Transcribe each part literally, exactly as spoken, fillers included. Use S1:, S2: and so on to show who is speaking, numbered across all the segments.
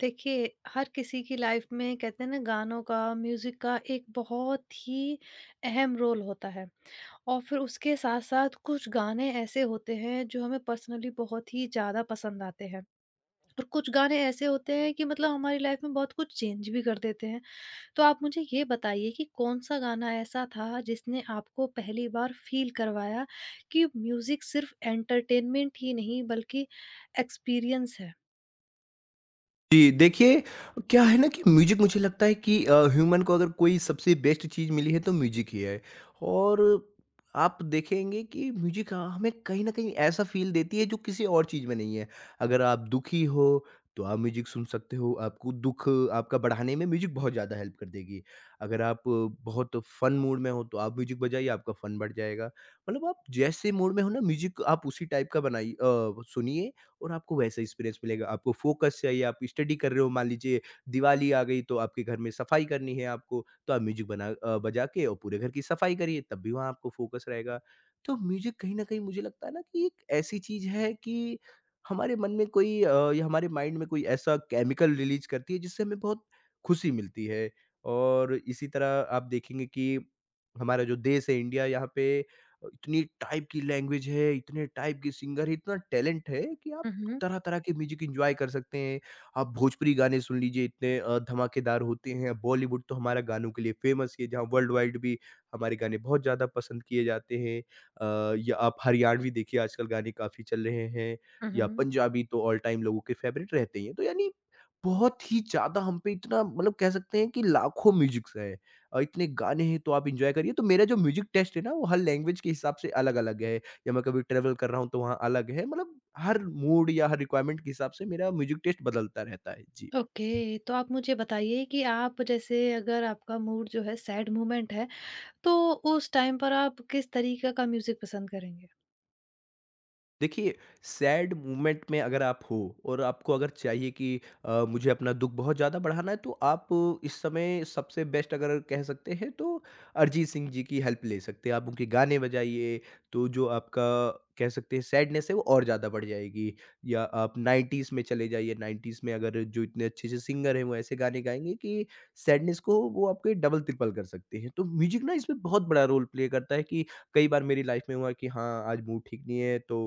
S1: देखिए, हर किसी की लाइफ में कहते हैं ना गानों का, म्यूज़िक का एक बहुत ही अहम रोल होता है। और फिर उसके साथ-साथ कुछ गाने ऐसे होते हैं जो हमें पर्सनली बहुत ही ज़्यादा पसंद आते हैं। और कुछ गाने ऐसे होते हैं कि मतलब हमारी लाइफ में बहुत कुछ चेंज भी कर देते हैं। तो आप मुझे ये बताइए कि कौन-सा गाना ऐसा था जिसने आपको पहली बार फ़ील करवाया कि म्यूज़िक सिर्फ़ एंटरटेनमेंट ही नहीं बल्कि एक्सपीरियंस है?
S2: जी, देखिए, क्या है ना कि म्यूज़िक मुझे लगता है कि अ, ह्यूमन को अगर कोई सबसे बेस्ट चीज़ मिली है तो म्यूज़िक ही है। और आप देखेंगे कि म्यूज़िक, हाँ, हमें कहीं न कहीं ऐसा फ़ील देती है जो किसी और चीज़ में नहीं है। अगर आप दुखी हो तो आप म्यूज़िक सुन सकते हो, आपको दुःख आपका बढ़ाने में म्यूज़िक बहुत ज़्यादा हेल्प कर देगी। अगर आप बहुत फ़न मूड में हो तो आप म्यूज़िक बजाइए, आपका फ़न बढ़ जाएगा। मतलब आप जैसे मूड में हो ना, म्यूज़िक आप उसी टाइप का बनाइए, अ, सुनिए, और आपको वैसा एक्सपीरियंस मिलेगा। आपको फ़ोकस चाहिए, आप स्टडी कर रहे हो, मान लीजिए दिवाली आ गई तो आपके घर में सफाई करनी है आपको, तो आप म्यूज़िक बना अ, बजा के और पूरे घर की सफाई करिए, तब भी वहाँ आपको फ़ोकस रहेगा। तो म्यूज़िक कहीं न कहीं मुझे लगता है ना कि एक ऐसी चीज़ है कि हमारे मन में कोई, अ, या हमारे माइंड में कोई ऐसा केमिकल रिलीज़ करती है जिससे हमें बहुत खुशी मिलती है। और इसी तरह आप देखेंगे कि हमारा जो देश है इंडिया, यहाँ पे इतनी टाइप की लैंग्वेज है, इतने टाइप के सिंगर हैं, इतना टैलेंट है कि आप
S1: हुँ, हुँ।
S2: तरह-तरह के म्यूज़िक एन्जॉय कर सकते हैं। आप भोजपुरी गाने सुन लीजिए, इतने अ, धमाकेदार होते हैं। बॉलीवुड तो हमारा गानों के लिए फ़ेमस है, जहाँ वर्ल्ड वाइड भी हमारे गाने बहुत ज़्यादा पसंद किए जाते हैं। अ, या आप हरियाणवी देखिए, आजकल गाने काफ़ी चल रहे हैं,
S1: हुँ,
S2: या
S1: हुँ।
S2: पंजाबी तो ऑल टाइम लोगों के फ़ेवरेट रहते ही हैं। तो यानी बहुत ही ज़्यादा हम पे इतना, मतलब कह सकते हैं कि लाखों म्यूज़िक्स हैं। अ, इतने गाने हैं तो आप एन्जॉय करिए। तो मेरा जो म्यूज़िक टेस्ट है ना, वो हर लैंग्वेज के हिसाब से अलग-अलग है। या मैं कभी ट्रैवल कर रहा हूँ तो वहाँ अलग है। मतलब हर मूड या हर रिक्वायरमेंट के हिसाब से मेरा म्यूज़िक टेस्ट बदलता रहता है। जी।
S1: ओके, तो आप मुझे बताइए कि आप जैसे अगर आपका मूड जो है सैड मोमेंट है, तो उस टाइम पर आप किस तरीके का म्यूज़िक पसंद करेंगे?
S2: देखिए, सैड मोमेंट में अगर आप हो और आपको अगर चाहिए कि अ, मुझे अपना दुख बहुत ज़्यादा बढ़ाना है, तो आप इस समय सबसे बेस्ट अगर कह सकते हैं तो अरिजीत सिंह जी की हेल्प ले सकते हैं, आप उनके गाने बजाइए तो जो आपका, कह सकते हैं, सैडनेस है वो और ज़्यादा बढ़ जाएगी। या आप नाइंटीज़ में चले जाइए, नाइंटीज़ में अगर जो इतने अच्छे अच्छे सिंगर हैं वो ऐसे गाने गाएंगे कि सैडनेस को वो आपके डबल ट्रिपल कर सकते हैं। तो म्यूजिक ना इसमें बहुत बड़ा रोल प्ले करता है कि कई बार मेरी लाइफ में हुआ कि हाँ, आज मूड ठीक नहीं है, तो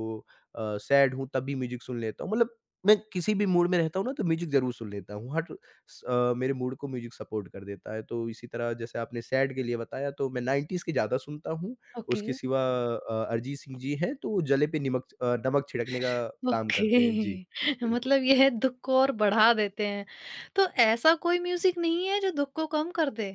S2: अ, सैड हूँ, तब भी म्यूज़िक सुन लेता हूँ। मतलब मैं किसी भी मूड में रहता हूँ ना तो म्यूज़िक ज़रूर सुन लेता हूँ। हर स अ, मेरे मूड को म्यूज़िक सपोर्ट कर देता है। तो इसी तरह जैसे आपने सैड के लिए बताया, तो मैं नाइंटीज़ के ज़्यादा सुनता हूँ।
S1: ओके,
S2: उसके सिवा अ, अरिजीत सिंह जी हैं तो वो जले पे निमक अ, नमक छिड़कने का काम
S1: ओके
S2: करते हैं। जी, बिल्कुल।
S1: मतलब ये है दुःख को और बढ़ा देते हैं। तो ऐसा कोई म्यूज़िक नहीं है जो दुःख को कम कर दे?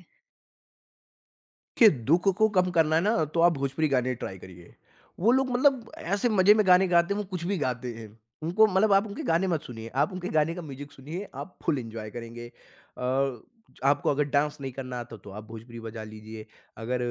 S2: के दुःख को कम करना है ना तो आप भोजपुरी गाने ट्राई करिए। वो लोग, मतलब, ऐसे मज़े में गाने गाते हैं, वो कुछ भी गाते हैं। उनको, मतलब आप उनके गाने मत सुनिए, आप उनके गाने का म्यूज़िक सुनिए, आप फुल एन्जॉय करेंगे। अ, आपको अगर डांस नहीं करना आता तो आप भोजपुरी बजा लीजिए। अगर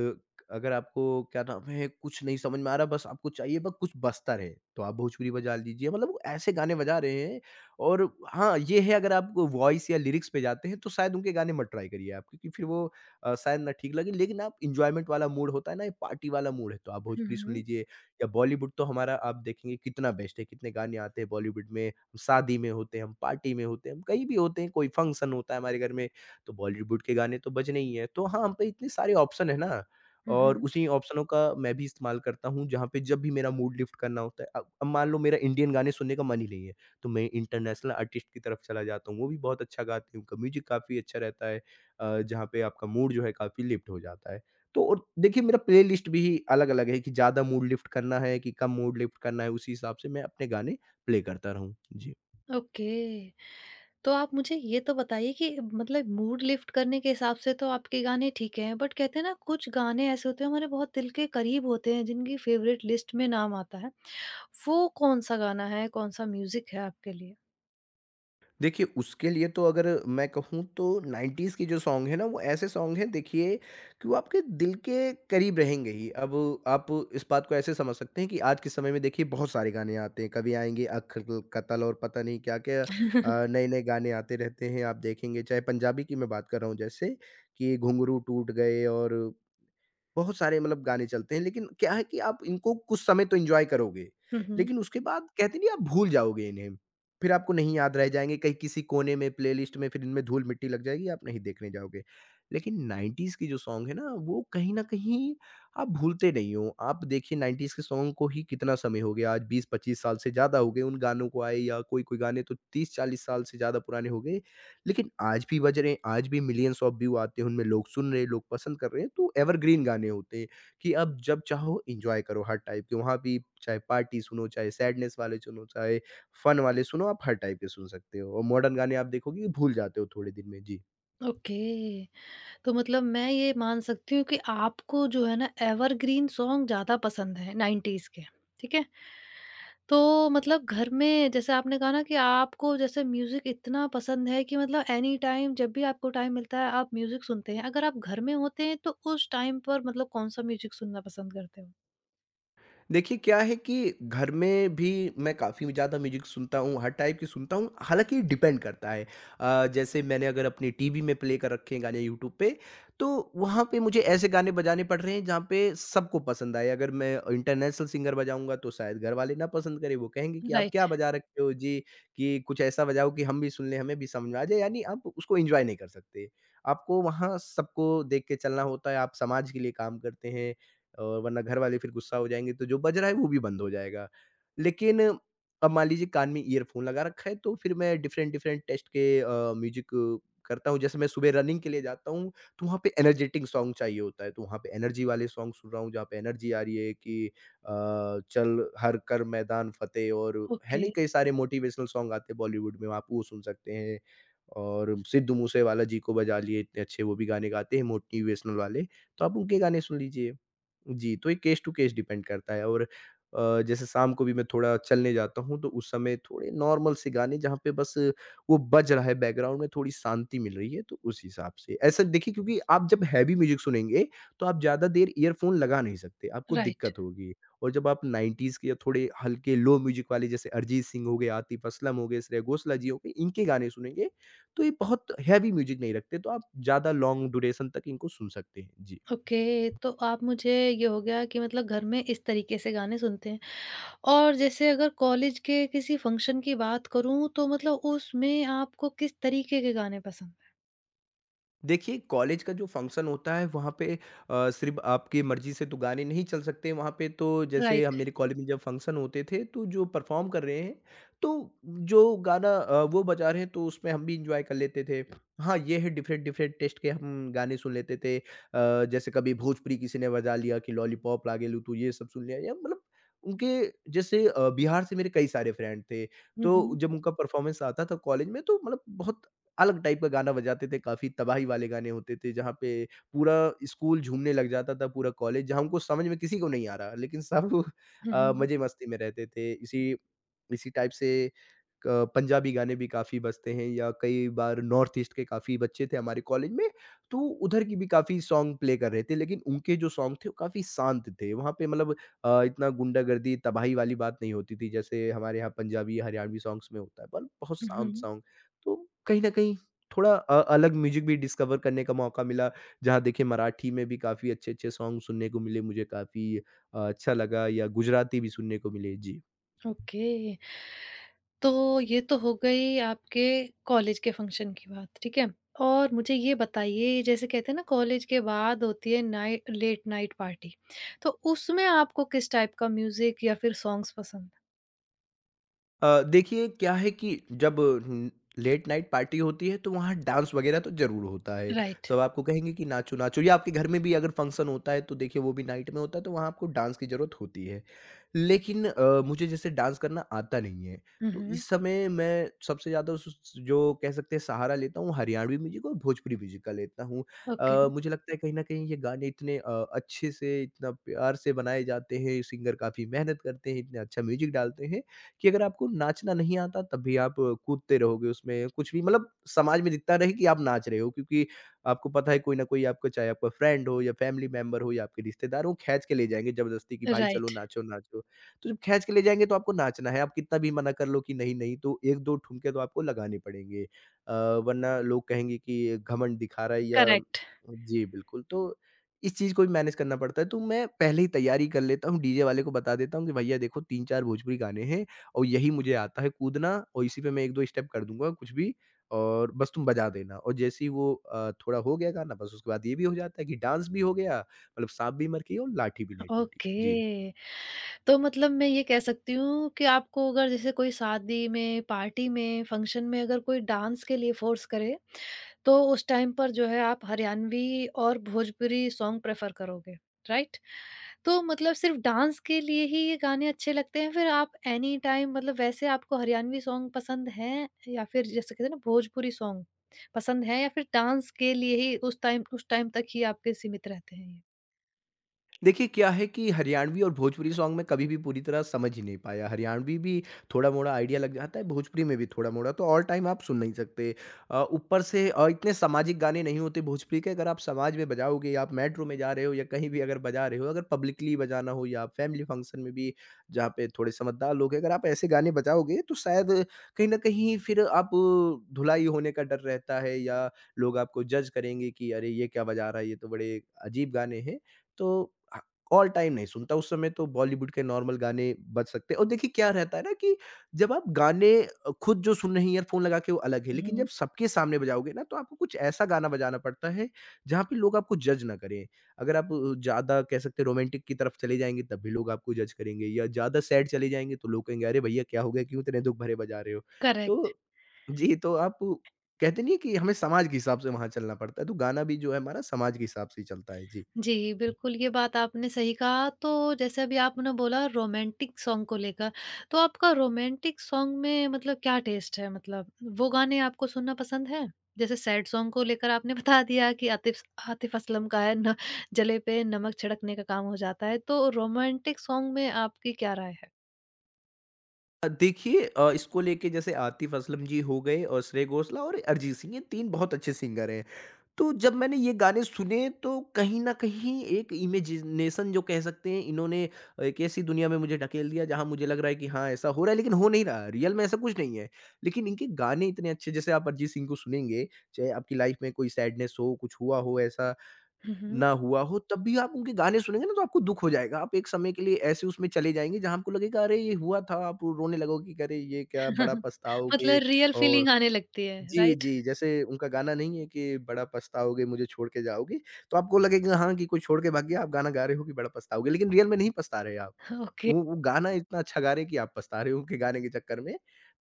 S2: अगर आपको, क्या नाम है, कुछ नहीं समझ में आ रहा, बस आपको चाहिए बस कुछ बजता रहे, तो आप भोजपुरी बजा लीजिए। मतलब वो ऐसे गाने बजा रहे हैं, और हाँ, ये है, अगर आप वॉइस या लिरिक्स पे जाते हैं तो शायद उनके गाने मत ट्राई करिए आप, क्योंकि फिर वो अ, शायद ना ठीक लगे, लेकिन आप, एन्जॉयमेंट वाला मूड होता है ना, ये पार्टी वाला मूड है, तो आप
S1: हुँ,
S2: भोजपुरी सुन
S1: हुँ।
S2: लीजिए, या बॉलीवुड तो हमारा, आप देखेंगे, कितना बेस्ट है, कितने गाने आते हैं बॉलीवुड में। हम शादी में होते हैं, हम पार्टी में होते हैं, हम कहीं भी होते हैं, कोई फंक्शन होता है हमारे घर में, तो बॉलीवुड के गाने तो बजने ही हैं। तो हाँ, हम पे इतने सारे ऑप्शन है ना,
S1: हुँ,
S2: और
S1: हुँ।
S2: उसी ऑप्शनों का मैं भी इस्तेमाल करता हूँ जहाँ पे, जब भी मेरा मूड लिफ्ट करना होता है। अब अब मान लो मेरा इंडियन गाने सुनने का मन ही नहीं है, तो मैं इंटरनेशनल आर्टिस्ट की तरफ चला जाता हूँ, वो भी बहुत अच्छा गाते हैं, उनका म्यूज़िक काफ़ी अच्छा रहता है। अ, जहाँ पे आपका मूड जो है काफ़ी लिफ्ट हो जाता है। तो और देखिए, मेरा प्लेलिस्ट भी अलग-अलग है कि ज़्यादा मूड लिफ्ट करना है कि कम मूड लिफ्ट करना है, उसी हिसाब से मैं अपने गाने प्ले करता रहूँ। जी।
S1: ओके। तो आप मुझे ये तो बताइए कि मतलब मूड लिफ्ट करने के हिसाब से तो आपके गाने ठीक हैं, बट कहते हैं ना कुछ गाने ऐसे होते हैं हमारे बहुत दिल के करीब होते हैं जिनकी फेवरेट लिस्ट में नाम आता है। वो कौन-सा गाना है, कौन-सा म्यूज़िक है आपके लिए?
S2: देखिए, उसके लिए तो अगर मैं कहूँ तो नाइंटीज़ के जो सॉन्ग हैं ना, वो ऐसे सॉन्ग हैं, देखिए, कि वो आपके दिल के करीब रहेंगे ही। अब आप इस बात को ऐसे समझ सकते हैं कि आज के समय में देखिए बहुत सारे गाने आते हैं। कभी आएँगे अख ल कतल और पता नहीं क्या-क्या, अ, नए-नए गाने आते रहते हैं। आप देखेंगे, चाहे पंजाबी की मैं बात कर रहा हूँ, जैसे कि घुंघरू टूट गए और बहुत सारे, मतलब, गाने चलते हैं, लेकिन क्या है कि आप इनको कुछ समय तो एन्जॉय करोगे,
S1: हुँ, हुँ।
S2: लेकिन उसके बाद कहते नहीं, आप भूल जाओगे इन्हें। फिर आपको नहीं याद रह जाएँगे, कहीं किसी कोने में प्लेलिस्ट में फिर इनमें धूल-मिट्टी लग जाएगी, आप नहीं देखने जाओगे। लेकिन नाइंटीज़ के जो सॉन्ग है ना, वो कहीं न कहीं आप भूलते नहीं हो। आप देखिए, नाइंटीज़ के सॉन्ग को ही कितना समय हो गया, आज बीस पच्चीस साल से ज़्यादा हो गए उन गानों को आए, या कोई-कोई गाने तो तीस चालीस साल से ज़्यादा पुराने हो गए। लेकिन आज भी बज रहे हैं, आज भी मिलियंस ऑफ व्यू आते हैं, उनमें लोग सुन रहे हैं, लोग पसंद कर रहे हैं, तो एवरग्रीन गाने होते हैं कि अब जब चाहो एन्जॉय करो हर टाइप के। वहाँ भी चाहे पार्टी सुनो, चाहे सैडनेस वाले सुनो, चाहे फ़न वाले सुनो, आप हर टाइप के सुन सकते हो, और मॉडर्न गाने आप देखोगे कि भूल जाते हो थोड़े दिन में। जी।
S1: ओके, तो मतलब मैं ये मान सकती हूँ कि आपको जो है ना एवरग्रीन सॉन्ग ज़्यादा पसंद है नाइंटीज़ के, ठीक है? तो मतलब घर में जैसे आपने कहा ना कि आपको जैसे म्यूजिक इतना पसंद है कि मतलब एनी टाइम जब भी आपको टाइम मिलता है आप म्यूजिक सुनते हैं। अगर आप घर में होते हैं तो उस टाइम पर मतलब कौन-सा म्यूजिक सुनना पसंद करते हो?
S2: देखिए, क्या है कि घर में भी मैं काफ़ी ज़्यादा म्यूजिक सुनता हूँ, हर टाइप की सुनता हूँ, हालाँकि डिपेंड करता है। अ, जैसे मैंने अगर अपनी टीवी में प्ले कर रखे हैं गाने यूट्यूब पे, तो वहाँ पे मुझे ऐसे गाने बजाने पड़ रहे हैं जहाँ पे सबको पसंद आए। अगर मैं इंटरनेशनल सिंगर बजाऊँगा तो शायद घरवाले ना पसंद करें, वो कहेंगे कि आप
S1: राइट,
S2: क्या बजा रखे हो जी, कि कुछ ऐसा बजाओ कि हम भी सुन लें, हमें भी समझ में आ जाए, यानी आप उसको एन्जॉय नहीं कर सकते। आपको वहाँ सबको देख के चलना होता है, आप समाज के लिए काम करते हैं, और वरना घर वाले फिर गुस्सा हो जाएँगे, तो जो बज रहा है वो भी बंद हो जाएगा। लेकिन अब मान लीजिए कान में ईयरफ़ोन लगा रखा है, तो फिर मैं डिफरेंट डिफरेंट टेस्ट के अ, म्यूज़िक करता हूँ। जैसे मैं सुबह रनिंग के लिए जाता हूँ, तो वहाँ पे एनर्जेटिक सॉन्ग चाहिए होता है, तो वहाँ पे एनर्जी वाले सॉन्ग सुन रहा हूँ, जहाँ पे एनर्जी आ रही है कि अ, चल हर कर मैदान फ़तेह, और है
S1: ओके,
S2: नहीं, कई सारे मोटिवेशनल सॉन्ग आते हैं बॉलीवुड में, आप वो सुन सकते हैं। और सिद्धू मूसेवाला जी को बजा लिए, इतने अच्छे वो भी गाने गाते हैं मोटिवेशनल वाले, तो आप उनके गाने सुन लीजिए। जी, तो ये केस टू केस डिपेंड करता है, और अ, जैसे शाम को भी मैं थोड़ा चलने जाता हूँ, तो उस समय थोड़े नॉर्मल से गाने, जहाँ पे बस वो बज रहा है बैकग्राउंड में, थोड़ी शांति मिल रही है, तो उस हिसाब से। ऐसा देखिए, क्योंकि आप जब हैवी म्यूज़िक सुनेंगे, तो आप ज़्यादा देर ईयरफ़ोन लगा नहीं सकते, आपको
S1: राइट,
S2: दिक्कत होगी। और जब आप नाइंटीज़ के या थोड़े हल्के लो म्यूज़िक वाले, जैसे अरिजीत सिंह हो गए, आतिफ असलम हो गए, श्रेया घोषाल जी हो गए, इनके गाने सुनेंगे, तो ये बहुत हैवी म्यूज़िक नहीं रखते, तो आप ज़्यादा लॉन्ग ड्यूरेशन तक इनको सुन सकते हैं। जी।
S1: ओके। तो आप मुझे ये हो गया कि मतलब घर में इस तरीके से गाने सुनते हैं और जैसे अगर कॉलेज के किसी फंक्शन की बात करूँ तो मतलब उसमें आपको किस तरीके के गाने पसंद हैं?
S2: देखिए, कॉलेज का जो फंक्शन होता है वहाँ पे अ, सिर्फ़ आपकी मर्ज़ी से तो गाने नहीं चल सकते वहाँ पे, तो जैसे हम,
S1: राइट।
S2: मेरे कॉलेज में जब फंक्शन होते थे तो जो परफ़ॉर्म कर रहे हैं, तो जो गाना अ, वो बजा रहे हैं तो उसमें हम भी एन्जॉय कर लेते थे। हाँ, ये है, डिफ़रेंट डिफ़रेंट टेस्ट के हम गाने सुन लेते थे। अ, जैसे कभी भोजपुरी किसी ने बजा लिया कि लॉलीपॉप ला गेलू, तो ये सब सुन लिया, या मतलब उनके, जैसे अ, बिहार से मेरे कई सारे फ्रेंड थे,
S1: हुँ,
S2: तो
S1: हुँ।
S2: जब उनका परफ़ॉर्मेंस आता था कॉलेज में, तो मतलब बहुत अलग टाइप का गाना बजाते थे, काफ़ी तबाही वाले गाने होते थे, जहाँ पे पूरा स्कूल झूमने लग जाता था, पूरा कॉलेज, जहाँ हमको समझ में किसी को नहीं आ रहा, लेकिन सब
S1: हुँ,
S2: अ,
S1: हुँ,
S2: मज़े मस्ती में रहते थे। इसी इसी टाइप से क पंजाबी गाने भी काफ़ी बजते हैं या कई बार नॉर्थ ईस्ट के काफ़ी बच्चे थे हमारे कॉलेज में, तो उधर की भी काफ़ी सॉन्ग प्ले कर रहे थे। लेकिन उनके जो सॉन्ग थे वो काफ़ी शांत थे। वहाँ पे मतलब अ, इतना गुंडागर्दी, तबाही वाली बात नहीं होती थी जैसे हमारे यहाँ पंजाबी, हरियाणवी सॉन्ग्स में होता है, पर बहुत
S1: हुँ,
S2: शांत
S1: हुँ।
S2: सॉन्ग। तो कहीं न कहीं थोड़ा अ, अलग म्यूज़िक भी डिस्कवर करने का मौका मिला। जहाँ देखिए मराठी में भी काफ़ी अच्छे-अच्छे सॉन्ग सुनने को मिले, मुझे काफ़ी अ, अच्छा लगा या गुजराती भी सुनने को मिले। जी।
S1: ओके। तो ये तो हो गई आपके कॉलेज के फंक्शन की बात, ठीक है? और मुझे ये बताइए जैसे कहते हैं ना कॉलेज के बाद होती है नाइ लेट नाइट पार्टी, तो उसमें आपको किस टाइप का म्यूज़िक या फिर सॉन्ग्स पसंद?
S2: अ, देखिए क्या है कि जब न लेट नाइट पार्टी होती है तो वहाँ डांस वगैरह तो ज़रूर होता है।
S1: राइट।
S2: सब आपको कहेंगे कि नाचो, नाचो या आपके घर में भी अगर फंक्शन होता है तो देखिए वो भी नाइट में होता है तो वहाँ आपको डांस की ज़रूरत होती है। लेकिन अ, मुझे जैसे डांस करना आता नहीं है।
S1: हुँ,
S2: तो
S1: हुँ।
S2: इस समय मैं सबसे ज़्यादा उस उस जो कह सकते हैं सहारा लेता हूँ हरियाणवी म्यूज़िक और भोजपुरी म्यूज़िक का लेता हूँ।
S1: ओके,
S2: अ, मुझे लगता है कहीं न कहीं ये गाने इतने अ, अच्छे से इतना प्यार से बनाए जाते हैं, सिंगर काफ़ी मेहनत करते हैं, इतना अच्छा म्यूज़िक डालते हैं कि अगर आपको नाचना नहीं आता तब भी आप कूदते रहोगे उसमें, कुछ भी मतलब समाज में दिखता रहे कि आप नाच रहे हो क्योंकि आपको पता है कोई न कोई आपका, चाहे आपका फ्रेंड हो या फैमिली मेंबर हो या आपके रिश्तेदार हो, वो खींच के ले जाएँगे ज़बरदस्ती कि भाई चलो
S1: राइट,
S2: नाचो, नाचो। तो जब खींच के ले जाएँगे तो आपको नाचना है, आप कितना भी मना कर लो कि नहीं, नहीं तो एक दो ठुमके तो आपको लगाने पड़ेंगे। अ, वरना लोग कहेंगे कि ये घमंड दिखा रहा है या।
S1: करेक्ट,
S2: जी, बिल्कुल। तो इस चीज़ को भी मैनेज करना पड़ता है, तो मैं पहले ही तैयारी कर लेता हूँ, डीजे वाले को बता देता हूँ कि भैया देखो तीन चार भोजपुरी गाने हैं। और यही मुझे आता है कूदना, और इसी पे मैं एक दो स्टेप कर दूँगा कुछ भी, और बस तुम बजा देना। और जैसे ही वो अ, थोड़ा हो गया गाना, बस उसके बाद ये भी हो जाता है कि डांस भी हो गया, मतलब साँप भी मर गई और लाठी भी नहीं टूटी। जी।
S1: ओके। तो मतलब मैं ये कह सकती हूँ कि आपको अगर जैसे कोई शादी में, पार्टी में, फंक्शन में अगर कोई डांस के लिए फ़ोर्स करे तो उस टाइम पर जो है आप हरियाणवी और भोजपुरी सॉन्ग प्रेफ़र करोगे, राइट? तो मतलब सिर्फ़ डांस के लिए ही ये गाने अच्छे लगते हैं, फिर आप एनी टाइम मतलब वैसे आपको हरियाणवी सॉन्ग पसंद हैं या फिर जैसे कहते हैं ना भोजपुरी सॉन्ग पसंद हैं या फिर डांस के लिए ही उस टाइम उस टाइम तक ही आपके सीमित रहते हैं ये?
S2: देखिए, क्या है कि हरियाणवी और भोजपुरी सॉन्ग मैं कभी भी पूरी तरह समझ ही नहीं पाया। हरियाणवी भी थोड़ा-मोड़ा आइडिया लग जाता है, भोजपुरी में भी थोड़ा-मोड़ा, तो ऑल टाइम आप सुन नहीं सकते। अ, ऊपर से अ, इतने सामाजिक गाने नहीं होते भोजपुरी के, अगर आप समाज में बजाओगे, या आप मेट्रो में जा रहे हो या कहीं भी अगर बजा रहे हो, अगर पब्लिकली बजाना हो या फैमिली फंक्शन में भी जहाँ पे थोड़े समझदार लोग हैं, अगर आप ऐसे गाने बजाओगे, तो शायद कहीं न कहीं फिर आप अ, धुलाई होने का डर रहता है, या लोग आपको जज करेंगे कि, "अरे! ये क्या बजा रहा है, ये तो बड़े अजीब गाने हैं।" तो अ, ऑल टाइम नहीं सुनता, उस समय तो बॉलीवुड के नॉर्मल गाने बज सकते हैं। और देखिए क्या रहता है ना कि जब आप गाने अ, खुद जो सुन रहे हैं ईयरफ़ोन लगा के, वो अलग है,
S1: हुँ,
S2: लेकिन जब
S1: हुँ।
S2: सबके सामने बजाओगे ना तो आपको कुछ ऐसा गाना बजाना पड़ता है, जहाँ पे लोग आपको जज ना करें। अगर आप अ, ज़्यादा कह सकते हैं रोमांटिक की तरफ चले जाएँगे तब भी लोग आपको जज करेंगे, या ज़्यादा सैड चले जाएँगे तो लोग कहेंगे, "अरे भैया क्या हो गया? क्यों इतने दुःख भरे बजा रहे हो?"
S1: करेक्ट।
S2: तो जी, तो आप कहते नहीं है कि हमें समाज के हिसाब से वहाँ चलना पड़ता है, तो गाना भी जो है हमारा समाज के हिसाब से ही चलता है। जी।
S1: जी, बिल्कुल, ये बात आपने सही कहा। तो जैसे अभी आपने बोला रोमांटिक सॉन्ग को लेकर, तो आपका रोमांटिक सॉन्ग में मतलब क्या टेस्ट है? मतलब वो गाने आपको सुनना पसंद है? जैसे सैड सॉन्ग को लेकर आपने बता दिया कि आतिफ आतिफ असलम का है न, जले पे नमक छिड़कने का काम हो जाता है, तो रोमांटिक सॉन्ग में आपकी क्या राय है?
S2: अ, देखिए अ, इसको लेके जैसे आतिफ असलम जी हो गए और श्रेय घोषाल और अरिजीत सिंह, ये तीन बहुत अच्छे सिंगर हैं। तो जब मैंने ये गाने सुने, तो कहीं न कहीं एक इमेजिनेशन जो कह सकते हैं इन्होंने, एक ऐसी दुनिया में मुझे ढकेल दिया जहाँ मुझे लग रहा है कि हाँ, ऐसा हो रहा है, लेकिन हो नहीं रहा है। रियल में ऐसा कुछ नहीं है। लेकिन इनके गाने इतने अच्छे, जैसे आप अरिजीत सिंह को सुनेंगे, चाहे आपकी लाइफ़ में कोई सैडनेस हो, कुछ हुआ हो ऐसा
S1: हुँ, हुँ।
S2: ना हुआ हो, तब भी आप उनके गाने सुनेंगे ना तो आपको दुःख हो जाएगा। आप एक समय के लिए ऐसे उसमें चले जाएँगे जहाँ आपको लगेगा अरे ये हुआ था, आप रोने लगोगे कि अरे ये क्या, बड़ा पछताओगे।
S1: मतलब रियल
S2: और
S1: फीलिंग आने लगती है,
S2: जी,
S1: राइट?
S2: जी, जैसे उनका गाना नहीं है कि बड़ा पछताओगे मुझे छोड़ के जाओगे, तो आपको लगेगा हाँ, कि कोई छोड़ के भाग गया, आप गाना गा रहे हो कि बड़ा पछताओगे, लेकिन रियल में नहीं पछता रहे आप।
S1: ओके।
S2: वो वो गाना इतना अच्छा गा रहे हैं कि आप पछता रहे हो उनके गाने के चक्कर में।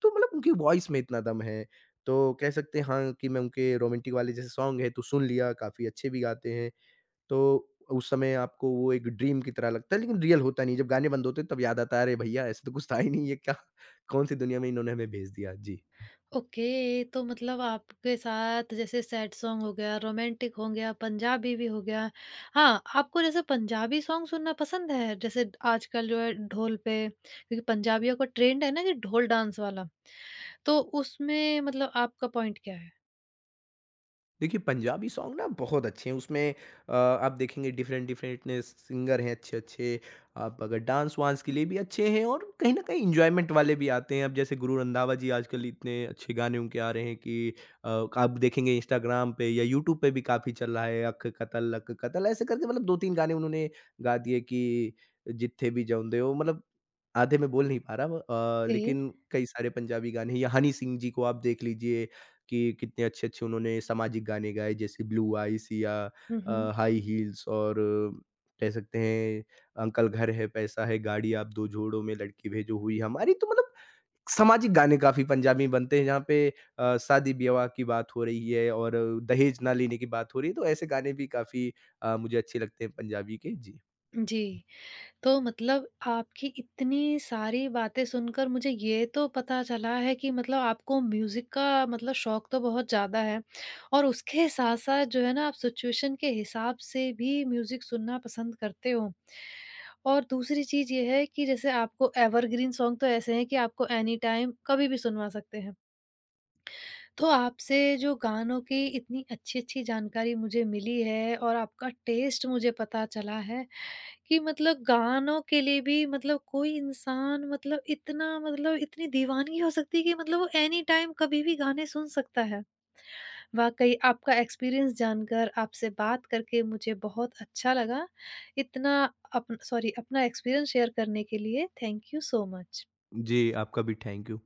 S2: तो मतलब उनकी वॉइस में इतना दम है, तो कह सकते हैं हाँ, कि मैं उनके रोमांटिक वाले जैसे सॉन्ग है तो सुन लिया, काफ़ी अच्छे भी गाते हैं। तो उस समय आपको वो एक ड्रीम की तरह लगता है, लेकिन रियल होता नहीं है। जब गाने बंद होते हैं तब याद आता है अरे भैया, ऐसा तो कुछ था ही नहीं, ये क्या कौन-सी दुनिया में इन्होंने हमें भेज दिया? जी।
S1: ओके, तो मतलब आपके साथ जैसे सैड सॉन्ग हो गया, रोमांटिक हो गया, पंजाबी भी हो गया। हाँ, आपको जैसे पंजाबी सॉन्ग सुनना पसंद है? जैसे आजकल जो है ढोल पे, क्योंकि पंजाबियों का ट्रेंड है ना कि ढोल डांस वाला। तो उसमें मतलब आपका पॉइंट क्या है?
S2: देखिए पंजाबी सॉन्ग ना बहुत अच्छे हैं, उसमें अ, आप देखेंगे डिफरेंट डिफरेंट ने सिंगर हैं अच्छे अच्छे। आप अगर डांस वांस के लिए भी अच्छे हैं, और कहीं ना कहीं इंजॉयमेंट वाले भी आते हैं। अब जैसे गुरु रंधावा जी, आजकल इतने अच्छे गाने उनके आ रहे हैं कि अ, आप देखेंगे इंस्टाग्राम पे या यूट्यूब पे भी काफ़ी चल रहा है, अक कतल अक कतल ऐसे करके, मतलब दो तीन गाने उन्होंने गा दिए कि जित्थे भी जाऊंदे हो, मतलब आधे में बोल नहीं पा रहा वो, अ,
S1: ओके।
S2: लेकिन कई सारे पंजाबी गाने हैं। या हनी सिंह जी को आप देख लीजिए कि कितने अच्छे-अच्छे उन्होंने सामाजिक गाने गाए, जैसे ब्लू आइस या
S1: हुँ, हुँ।
S2: अ, हाई हील्स, और अ, कह सकते हैं अंकल घर है पैसा है गाड़ी, आप दो जोड़ों में लड़की भेजो हुई हमारी, तो मतलब सामाजिक गाने काफ़ी पंजाबी में बनते हैं जहाँ पे अ, शादी-विवाह की बात हो रही है और दहेज ना लेने की बात हो रही है, तो ऐसे गाने भी काफ़ी अ, मुझे अच्छे लगते हैं पंजाबी के। जी।
S1: जी। तो मतलब आपकी इतनी सारी बातें सुनकर मुझे ये तो पता चला है कि मतलब आपको म्यूज़िक का मतलब शौक तो बहुत ज़्यादा है और उसके साथ-साथ जो है ना आप सिचुएशन के हिसाब से भी म्यूज़िक सुनना पसंद करते हो। और दूसरी चीज़ ये है कि जैसे आपको एवरग्रीन सॉन्ग तो ऐसे हैं कि आपको एनी टाइम कभी भी सुनवा सकते हैं। तो आपसे जो गानों की इतनी अच्छी-अच्छी जानकारी मुझे मिली है और आपका टेस्ट मुझे पता चला है कि मतलब गानों के लिए भी मतलब कोई इंसान मतलब इतना मतलब इतनी दीवानगी हो सकती है कि मतलब वो एनी टाइम कभी भी गाने सुन सकता है। वाक़ई आपका एक्सपीरियंस जानकर, आपसे बात करके मुझे बहुत अच्छा लगा। इतना अपन सॉरी अपना एक्सपीरियंस शेयर करने के लिए थैंक यू सो मच।
S2: जी, आपका भी थैंक यू।